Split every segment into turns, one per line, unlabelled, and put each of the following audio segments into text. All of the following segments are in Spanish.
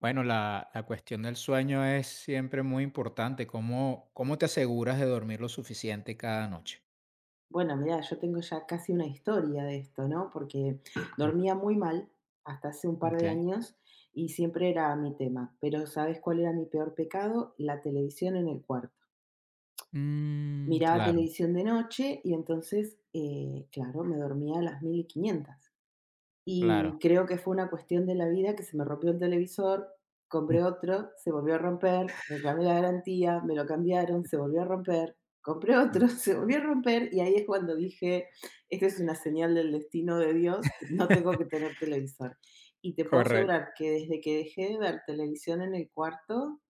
Bueno, la cuestión del sueño es siempre muy importante. ¿Cómo, cómo te aseguras de dormir lo suficiente cada noche?
Bueno, mira, yo tengo ya casi una historia de esto, ¿no? Porque
Mm.
dormía muy mal hasta hace un par de
Okay.
años y siempre era mi tema. Pero ¿sabes cuál era mi peor pecado? La televisión en el cuarto.
Mm,
Miraba
claro,
televisión de noche y entonces, claro, me dormía a las 1500.
claro.
Y creo que fue una cuestión de la vida que se me rompió el televisor, compré otro, se volvió a romper, reclamé la garantía, me lo cambiaron, se volvió a romper, compré
Ujú.
otro, se volvió a romper, y ahí es cuando dije: "Esta es una señal del destino de Dios, no tengo que tener televisor". Y te puedo
Correcto.
asegurar que desde que dejé de ver televisión en el cuarto,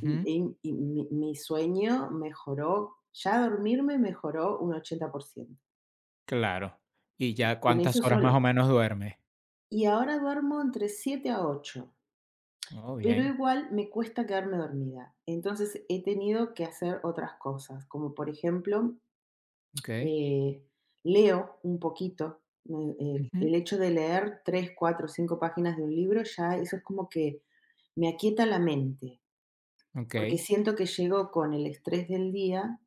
y mi sueño mejoró, ya dormirme mejoró un 80%
Claro. ¿Y ya
con
cuántas
eso
horas más
solo.
o menos duermes?
Y ahora duermo entre 7 a ocho.
Oh,
Pero
bien.
igual me cuesta quedarme dormida. Entonces he tenido que hacer otras cosas, como por ejemplo,
Ok.
eh, leo un poquito.
Ujú.
El hecho de leer tres, cuatro, cinco páginas de un libro, ya eso es como que me aquieta la mente,
Ok.
porque siento que llego con el estrés del día,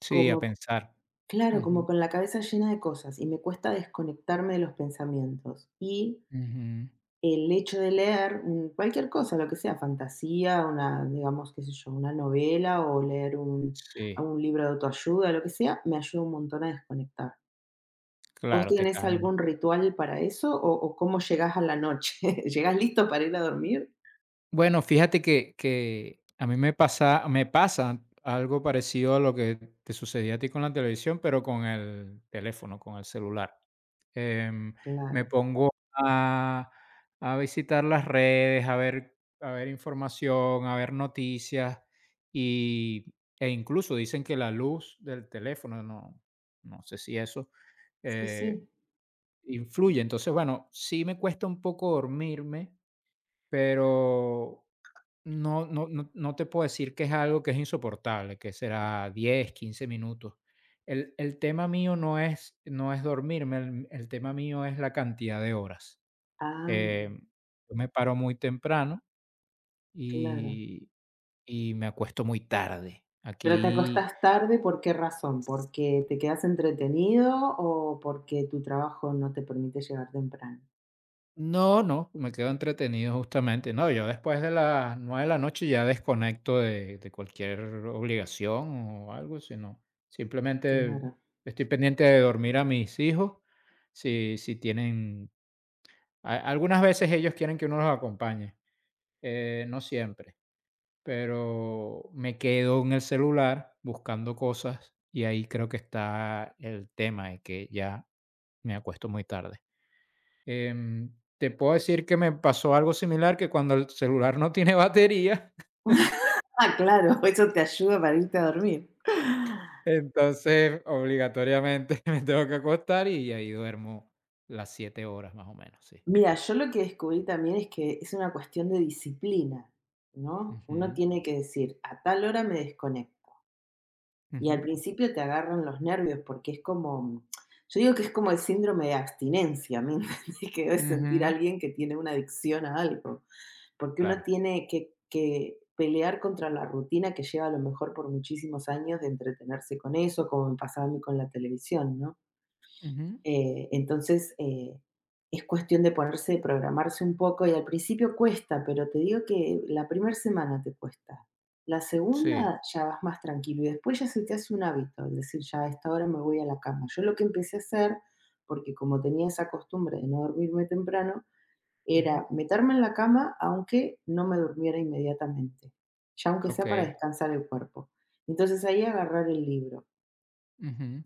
Sí, a
como,
pensar.
claro, como
Ujú,
con la cabeza llena de cosas y me cuesta desconectarme de los pensamientos. Y
ujú.
el hecho de leer, cualquier cosa, lo que sea, fantasía, una, digamos, qué sé yo, una novela o
Sí,
algún libro de autoayuda, lo que sea, me ayuda un montón a desconectar. ¿Vos
claro, te
tienes algún
calma.
ritual para eso o cómo llegás a la noche? ¿Llegás listo para ir a dormir?
Bueno, fíjate que que a mí me pasa algo parecido a lo que te sucedía a ti con la televisión, pero con el teléfono, con el celular. Em, Me
Claro,
pongo a visitar las redes, a ver información, a ver noticias, y e incluso dicen que la luz del teléfono, no sé si eso,
sí,
eh,
sí.
influye. Entonces, bueno, sí me cuesta un poco dormirme, pero no te puedo decir que es algo que es insoportable, que será 10 15 minutos. El tema mío no es dormirme, el tema mío es la cantidad de horas.
Ah,
Em, yo me paro muy temprano
claro.
y y me acuesto muy tarde.
¿Pero te
Aquí
acostás tarde por qué razón? ¿Porque te quedas entretenido o porque tu trabajo no te permite llegar temprano?
no, no, me quedo entretenido justamente. No, yo después de las 9 de la noche ya desconecto de cualquier obligación o algo, sino simplemente
Claro.
estoy pendiente de dormir a mis hijos. Si tienen, algunas veces ellos quieren que uno los acompañe, no siempre, pero me quedo en el celular buscando cosas y ahí creo que está el tema de que ya me acuesto muy tarde. Te puedo decir que me pasó algo similar, que cuando el celular no tiene batería
Ah, claro, eso te ayuda para irte a dormir.
entonces obligatoriamente me tengo que acostar y ahí duermo las 7 horas más o menos, sí.
Mira, yo lo que descubrí también es que es una cuestión de disciplina, ¿no? Uno
Ujú,
tiene que decir, a tal hora me desconecto. Y al
ujú,
principio te agarran los nervios porque es como, yo digo que es como el síndrome de abstinencia, ¿me entendés? Que debe sentir
ujú,
alguien que tiene una adicción a algo, porque uno
claro.
tiene que pelear contra la rutina que lleva a lo mejor por muchísimos años de entretenerse con eso, como me pasaba a mí con la televisión, ¿no?
Ujú,
Entonces, es cuestión de ponerse, de programarse un poco y al principio cuesta, pero te digo que la primera semana te cuesta. La
sí.
segunda ya vas más tranquilo y después ya se te hace un hábito, es decir, ya a esta hora me voy a la cama. Yo lo que empecé a hacer, porque como tenía esa costumbre de no dormirme temprano,
Ujú,
era meterme en la cama aunque no me durmiera inmediatamente, ya aunque sea para
okey.
descansar el cuerpo. Entonces ahí agarrar el libro
Ujú,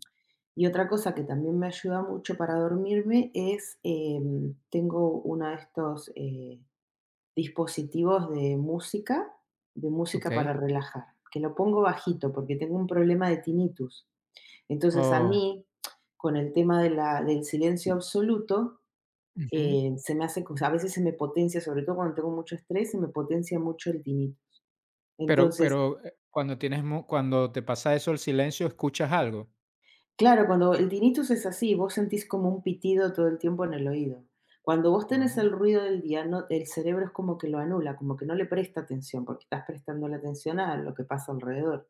y otra cosa que también me ayuda mucho para dormirme es, tengo uno de estos, dispositivos de música para
okey.
relajar, que lo pongo bajito porque tengo un problema de tinnitus. Entonces a
Oh,
mí, con el tema de la del silencio absoluto,
ujú.
se me hace cosa a veces se me potencia, sobre todo cuando tengo mucho estrés, se me potencia mucho el tinnitus. Entonces
Pero, cuando tienes mu cuando te pasa eso, el silencio, ¿escuchas algo?
Claro, cuando el tinnitus es así, vos sentís como un pitido todo el tiempo en el oído. Cuando vos tenés
Ah,
el ruido del día, no, el cerebro es como que lo anula, como que no le presta atención, porque estás prestando la atención a lo que pasa alrededor.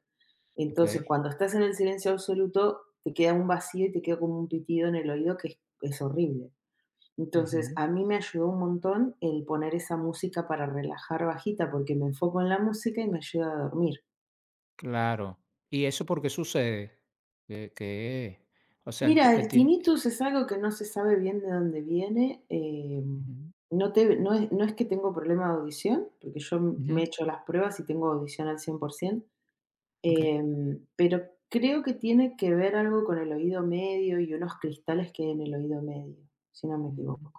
Entonces,
okey.
cuando estás en el silencio absoluto, te queda un vacío y te queda como un pitido en el oído que es horrible. Entonces,
Ujú.
a mí me ayudó un montón el poner esa música para relajar bajita, porque me enfoco en la música y me ayuda a dormir.
Claro. ¿Y eso por qué sucede? Que que, o sea, el ti
Mira,
el
el
tin
tinnitus es algo que no se sabe bien de dónde viene.
ujú,
No, no es, que tengo problema de audición, porque yo me he
ujú,
hecho las pruebas y tengo audición al 100%,
okey.
pero creo que tiene que ver algo con el oído medio y unos cristales que hay en el oído medio, si no me equivoco.
Mm,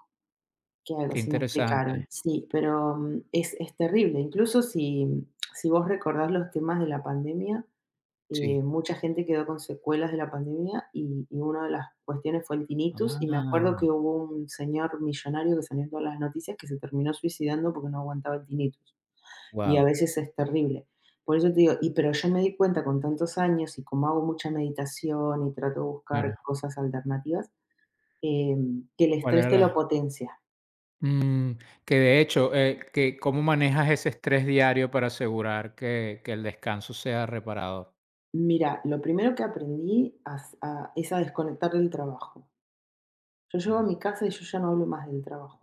Que algo,
qué
si me explicaron.
interesante.
Sí, pero es terrible. Incluso si vos recordás los temas de la pandemia,
Sí.
mucha gente quedó con secuelas de la pandemia y una de las cuestiones fue el tinnitus y me
Ah,
acuerdo que hubo un señor millonario que salió en todas las noticias que se terminó suicidando porque no aguantaba el tinnitus y a
wow.
veces es terrible. Por eso te digo, pero yo me di cuenta con tantos años y como hago mucha meditación y trato de
Claro.
buscar cosas alternativas, que el
¿Cuál
estrés
era
te lo
la?
potencia.
Mm, que de hecho, ¿cómo manejas ese estrés diario para asegurar que el descanso sea reparador?
Mira, lo primero que aprendí es a desconectar del trabajo. Yo llego a
Ujú,
mi casa y yo ya no hablo más del trabajo.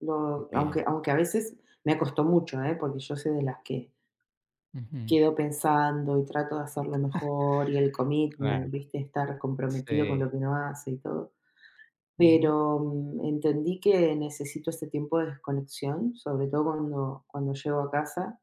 Lo aunque
bien.
aunque a veces me costó mucho, ¿eh? Porque yo soy de las que
Ujú,
quedo pensando y trato de hacerlo mejor y el
claro.
commitment, ¿viste? Estar comprometido con lo
Sí.
que uno hace y todo.
Ujú,
Pero, entendí que necesito ese tiempo de desconexión, sobre todo cuando llego a casa,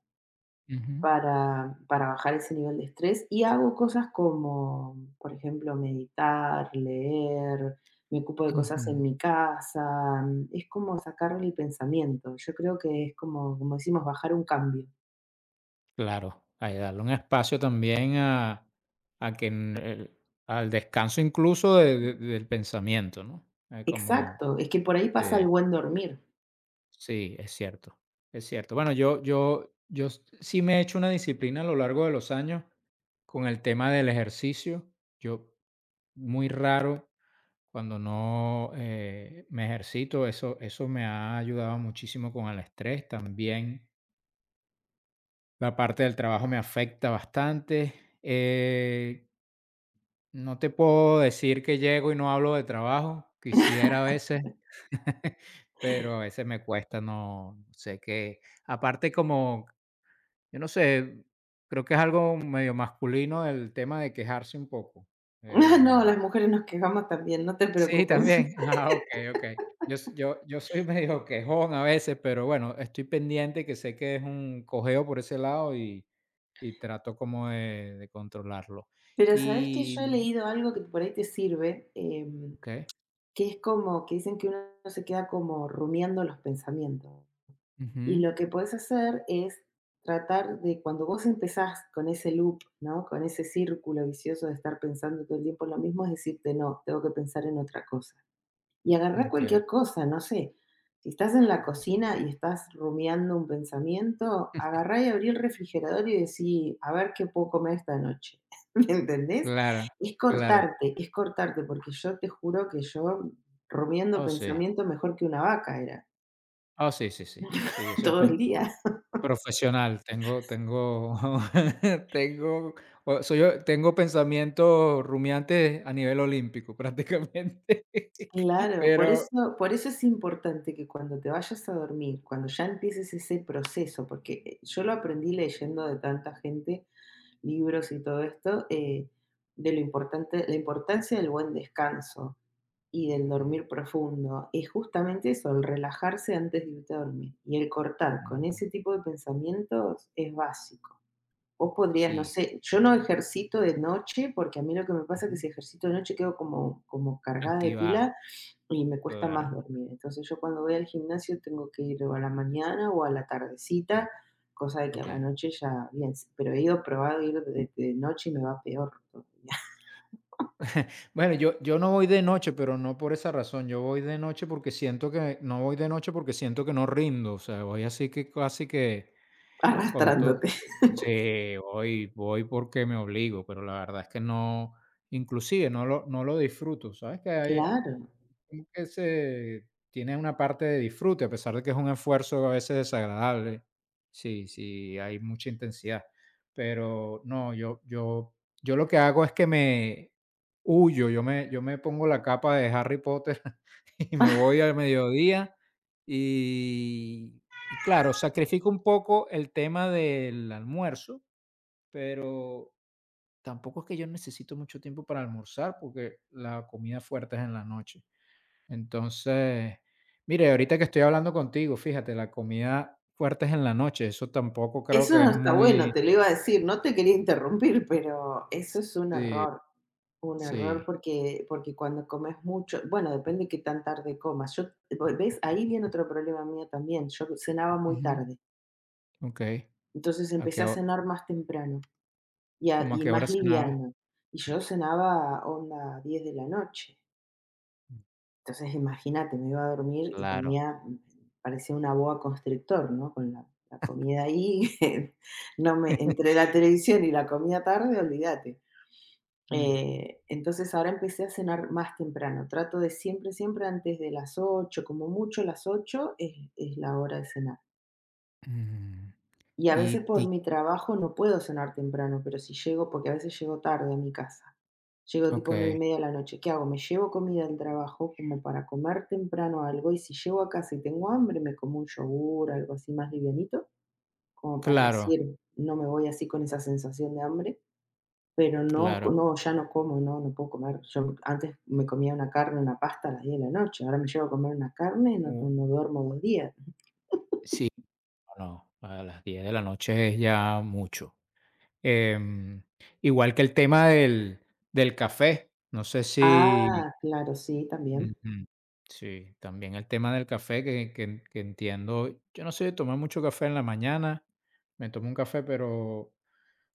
ujú,
para bajar ese nivel de estrés, y hago cosas como, por ejemplo, meditar, leer, me ocupo de cosas
ujú.
en mi casa, es como sacarle el pensamiento. Yo creo que es como decimos, bajar un cambio.
Claro, hay darle un espacio también a que en el al descanso incluso de del pensamiento, ¿no?
Exacto, es que por ahí pasa
Eh,
el buen dormir.
sí, es cierto, es cierto. Bueno, yo yo yo s sí me he hecho una disciplina a lo largo de los años con el tema del ejercicio. Yo muy raro cuando no, me ejercito, eso me ha ayudado muchísimo con el estrés también. La parte del trabajo me afecta bastante. Eh, no te puedo decir que llego y no hablo de trabajo, quisiera a veces, pero a veces me cuesta, no sé qué. Aparte como, yo no sé, creo que es algo medio masculino el tema de quejarse un poco.
Ah, no,
Em.
las mujeres nos quejamos también, no te
Sí,
preocupes.
también. Ah, okey, okey. Yo s yo yo soy medio quejón a veces, pero bueno, estoy pendiente que sé que es un cojeo por ese lado y trato como de controlarlo.
Pero, ¿sabes que
Y
yo he leído algo que por ahí te sirve?
okey.
Que es como que dicen que uno se queda como rumiando los pensamientos. Y
Ujú.
lo que puedes hacer es tratar de cuando vos empezás con ese loop, ¿no? Con ese círculo vicioso de estar pensando todo el tiempo lo mismo, es decirte, no, tengo que pensar en otra cosa. Y agarrar
Okey.
cualquier cosa, no sé. Si estás en la cocina y estás rumiando un pensamiento, agarrá y abrí el refrigerador y decí, a ver qué puedo comer esta noche. ¿Me entendés?
Claro, claro.
Es cortarte, porque yo te juro que yo rumiando
Oh, sí.
pensamiento mejor que una vaca era
Oh, sí, sí, sí. Sí, yo soy
todo el día.
profesional. Tengo tengo tengo o soy yo. Tengo pensamientos rumiantes a nivel olímpico prácticamente,
Claro,
pero
por eso es importante que cuando te vayas a dormir, cuando ya empieces ese proceso, porque yo lo aprendí leyendo de tanta gente, libros y todo esto, de lo importante, la importancia del buen descanso y del dormir profundo, es justamente eso, el relajarse antes de irte a dormir. Y el cortar con
mm,
ese tipo de pensamientos es básico. Vos podrías, no
sí,
sé, yo no ejercito de noche, porque a mí lo que me pasa es que
ujú.
si ejercito de noche quedo como, cargada de pilas
Activada,
y me cuesta
claro.
más dormir. Entonces yo cuando voy al gimnasio tengo que ir o a la mañana o a la
Sí,
tardecita, cosa de que a la
okey.
noche ya bien, pero he ido probado ir de noche y me va peor todavía,
Bueno, yo yo no voy de noche, pero no por esa razón. Yo voy de noche porque siento que no voy de noche porque siento que no rindo, o sea, voy así que casi que con todo,
arrastrándote.
sí, voy porque me obligo, pero la verdad es que no, inclusive no lo disfruto, ¿sabes? Que hay
Claro,
como que se tiene una parte de disfrute, a pesar de que es un esfuerzo a veces desagradable. Sí, sí, hay mucha intensidad, pero no, yo lo que hago es que me huyo, yo me pongo la capa de Harry Potter y me voy al mediodía y y claro, sacrifico un poco el tema del almuerzo, pero tampoco es que yo necesito mucho tiempo para almorzar, porque la comida fuerte es en la noche. Entonces, mire, ahorita que estoy hablando contigo, fíjate, la comida fuerte es en la noche. Eso tampoco creo
eso
que
no
es
está bueno,
muy
te lo iba a decir, no te quería interrumpir, pero eso es un error. Un error
sí.
porque cuando comes mucho, bueno, depende qué tan tarde comas. Yo, pues, ¿ves? Ahí viene otro problema mío también. Yo cenaba muy
Ujú,
tarde,
okey.
entonces
¿A
empecé
qué
a
ho
cenar más temprano.
como a
Y
qué hora
más
cenaba?
liviano. Y yo cenaba onda 10 de la noche. Entonces, imagínate, me iba a dormir y
Claro.
tenía, parecía una boa constrictor, ¿no? Con la comida ahí, no me entre la televisión y la comida tarde, olvídate.
Mm,
Entonces, ahora empecé a cenar más temprano. Trato de siempre, siempre antes de las 8 como mucho las 8 es la hora de cenar.
mm.
Y a veces por
Y
mi trabajo no puedo cenar temprano, pero si llego, porque a veces llego tarde a mi casa, llego tipo
okey.
9:30 de la noche, ¿qué hago? Me llevo comida del trabajo como para comer temprano algo, y si llego a casa y tengo hambre, me como un yogur, algo así más livianito, como para
Claro,
decir, no me voy así con esa sensación de hambre, pero no,
claro.
no, ya no como, no, no puedo comer. Yo antes me comía una carne, una pasta a las 10 de la noche, ahora me llevo a comer una carne y no,
Uh,
no duermo 2 días.
sí. No, a las 10 de la noche es ya mucho. Em, Igual que el tema del café, no sé si
Ah, claro, sí,
ujú,
también.
sí, también el tema del café que entiendo, yo no sé tomar mucho café en la mañana, me tomo un café, pero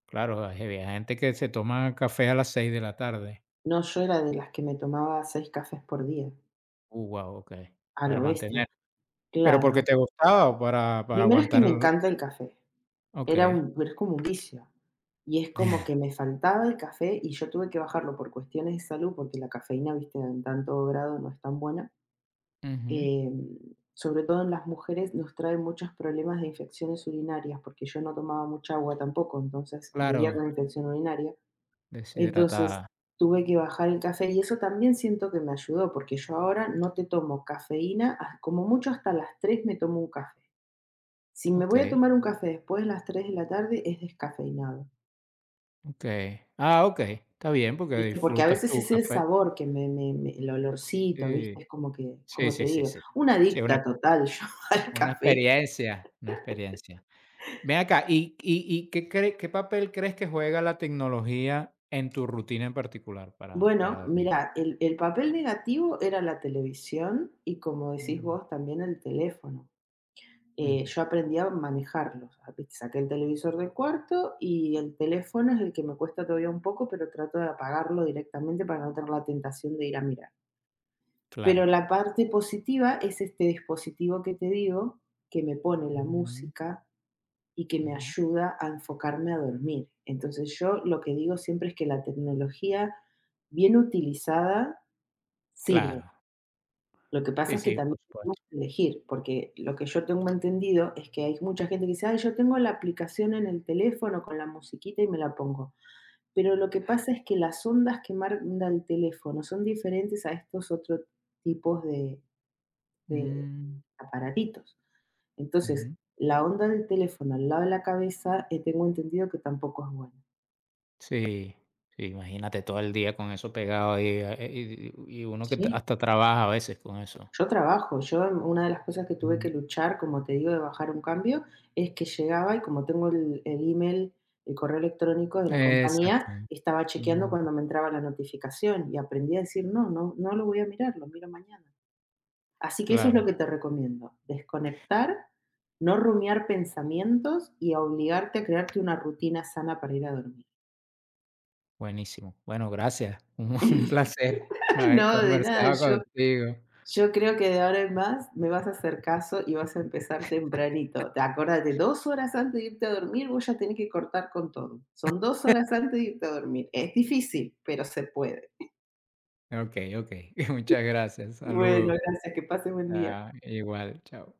claro, hay hay gente que se toma café a las 6 de la tarde.
No, yo era de las que me tomaba 6 cafés por día,
Guau, okey,
a
para
lo bestia.
mantener, ¿pero
Claro.
porque te gustaba o para
Primero es que
aguantar?
me encanta el café. Era
Okey.
un es como un vicio. Y es como que me faltaba el café y yo tuve que bajarlo por cuestiones de salud, porque la cafeína, viste, en tanto grado no es tan buena.
Ujú,
Em, Sobre todo en las mujeres nos trae muchos problemas de infecciones urinarias, porque yo no tomaba mucha agua tampoco, entonces vivía
claro,
con infección urinaria. Entonces,
deshidratada,
tuve que bajar el café y eso también siento que me ayudó, porque yo ahora no te tomo cafeína, ah, como mucho hasta las 3 me tomo un café. Si me voy a
okey.
tomar un café después de las 3 de la tarde, es descafeinado,
Okey. Ah, okey, está bien, porque
¿viste? Porque a
disfrutas
veces
tu
es el
café.
sabor que me el olorcito,
Sí.
¿viste? Es como que,
Sí,
como te
sí, sí,
digo,
sí.
una
Sí, una
adicta total yo al
una
café.
experiencia, una experiencia. Ven acá, ¿y qué papel crees que juega la tecnología en tu rutina en particular para
Bueno,
dormir?
mira, el papel negativo era la televisión y, como decís
Mm,
vos, también el teléfono.
ujú,
Yo aprendí a manejarlos. Saqué el televisor del cuarto y el teléfono es el que me cuesta todavía un poco, pero trato de apagarlo directamente para no tener la tentación de ir a mirar. Pero
claro.
la parte positiva es este dispositivo que te digo, que me pone la
Ujú,
música y que me
ujú.
ayuda a enfocarme a dormir. Entonces yo lo que digo siempre es que la tecnología bien utilizada sirve.
Claro.
Lo que pasa
Sí,
es que
sí,
también
por
tenemos
supuesto.
que elegir, porque lo que yo tengo entendido es que hay mucha gente que dice: "Ay, yo tengo la aplicación en el teléfono con la musiquita y me la pongo". Pero lo que pasa es que las ondas que manda el teléfono son diferentes a estos otros tipos de de
Mm,
aparatitos. Entonces,
ujú.
la onda del teléfono al lado de la cabeza, tengo entendido que tampoco es buena.
Sí, sí, imagínate todo el día con eso pegado ahí, y uno que
Sí.
hasta trabaja a veces con eso.
Yo trabajo, yo, una de las cosas que tuve que luchar, como te digo, de bajar un cambio, es que llegaba y como tengo el email, el correo electrónico de la compañía,
Exacto.
estaba chequeando
Mm,
cuando me entraba la notificación y aprendí a decir: "No, no, no lo voy a mirar, lo miro mañana". Así que eso es lo
claro,
que te recomiendo, desconectar, no rumiar pensamientos y a obligarte a crearte una rutina sana para ir a dormir.
buenísimo. Bueno, gracias. Un placer haber
No, de nada.
conversado contigo.
Yo creo que de ahora en más me vas a hacer caso y vas a empezar tempranito. Te acuérdate, 2 horas antes de irte a dormir, vos ya tenés que cortar con todo. Son 2 horas antes de irte a dormir. Es difícil, pero se puede.
Okey, okey. Muchas gracias.
Bueno,
Saludos.
gracias, que pases buen día.
Ah, igual, chao.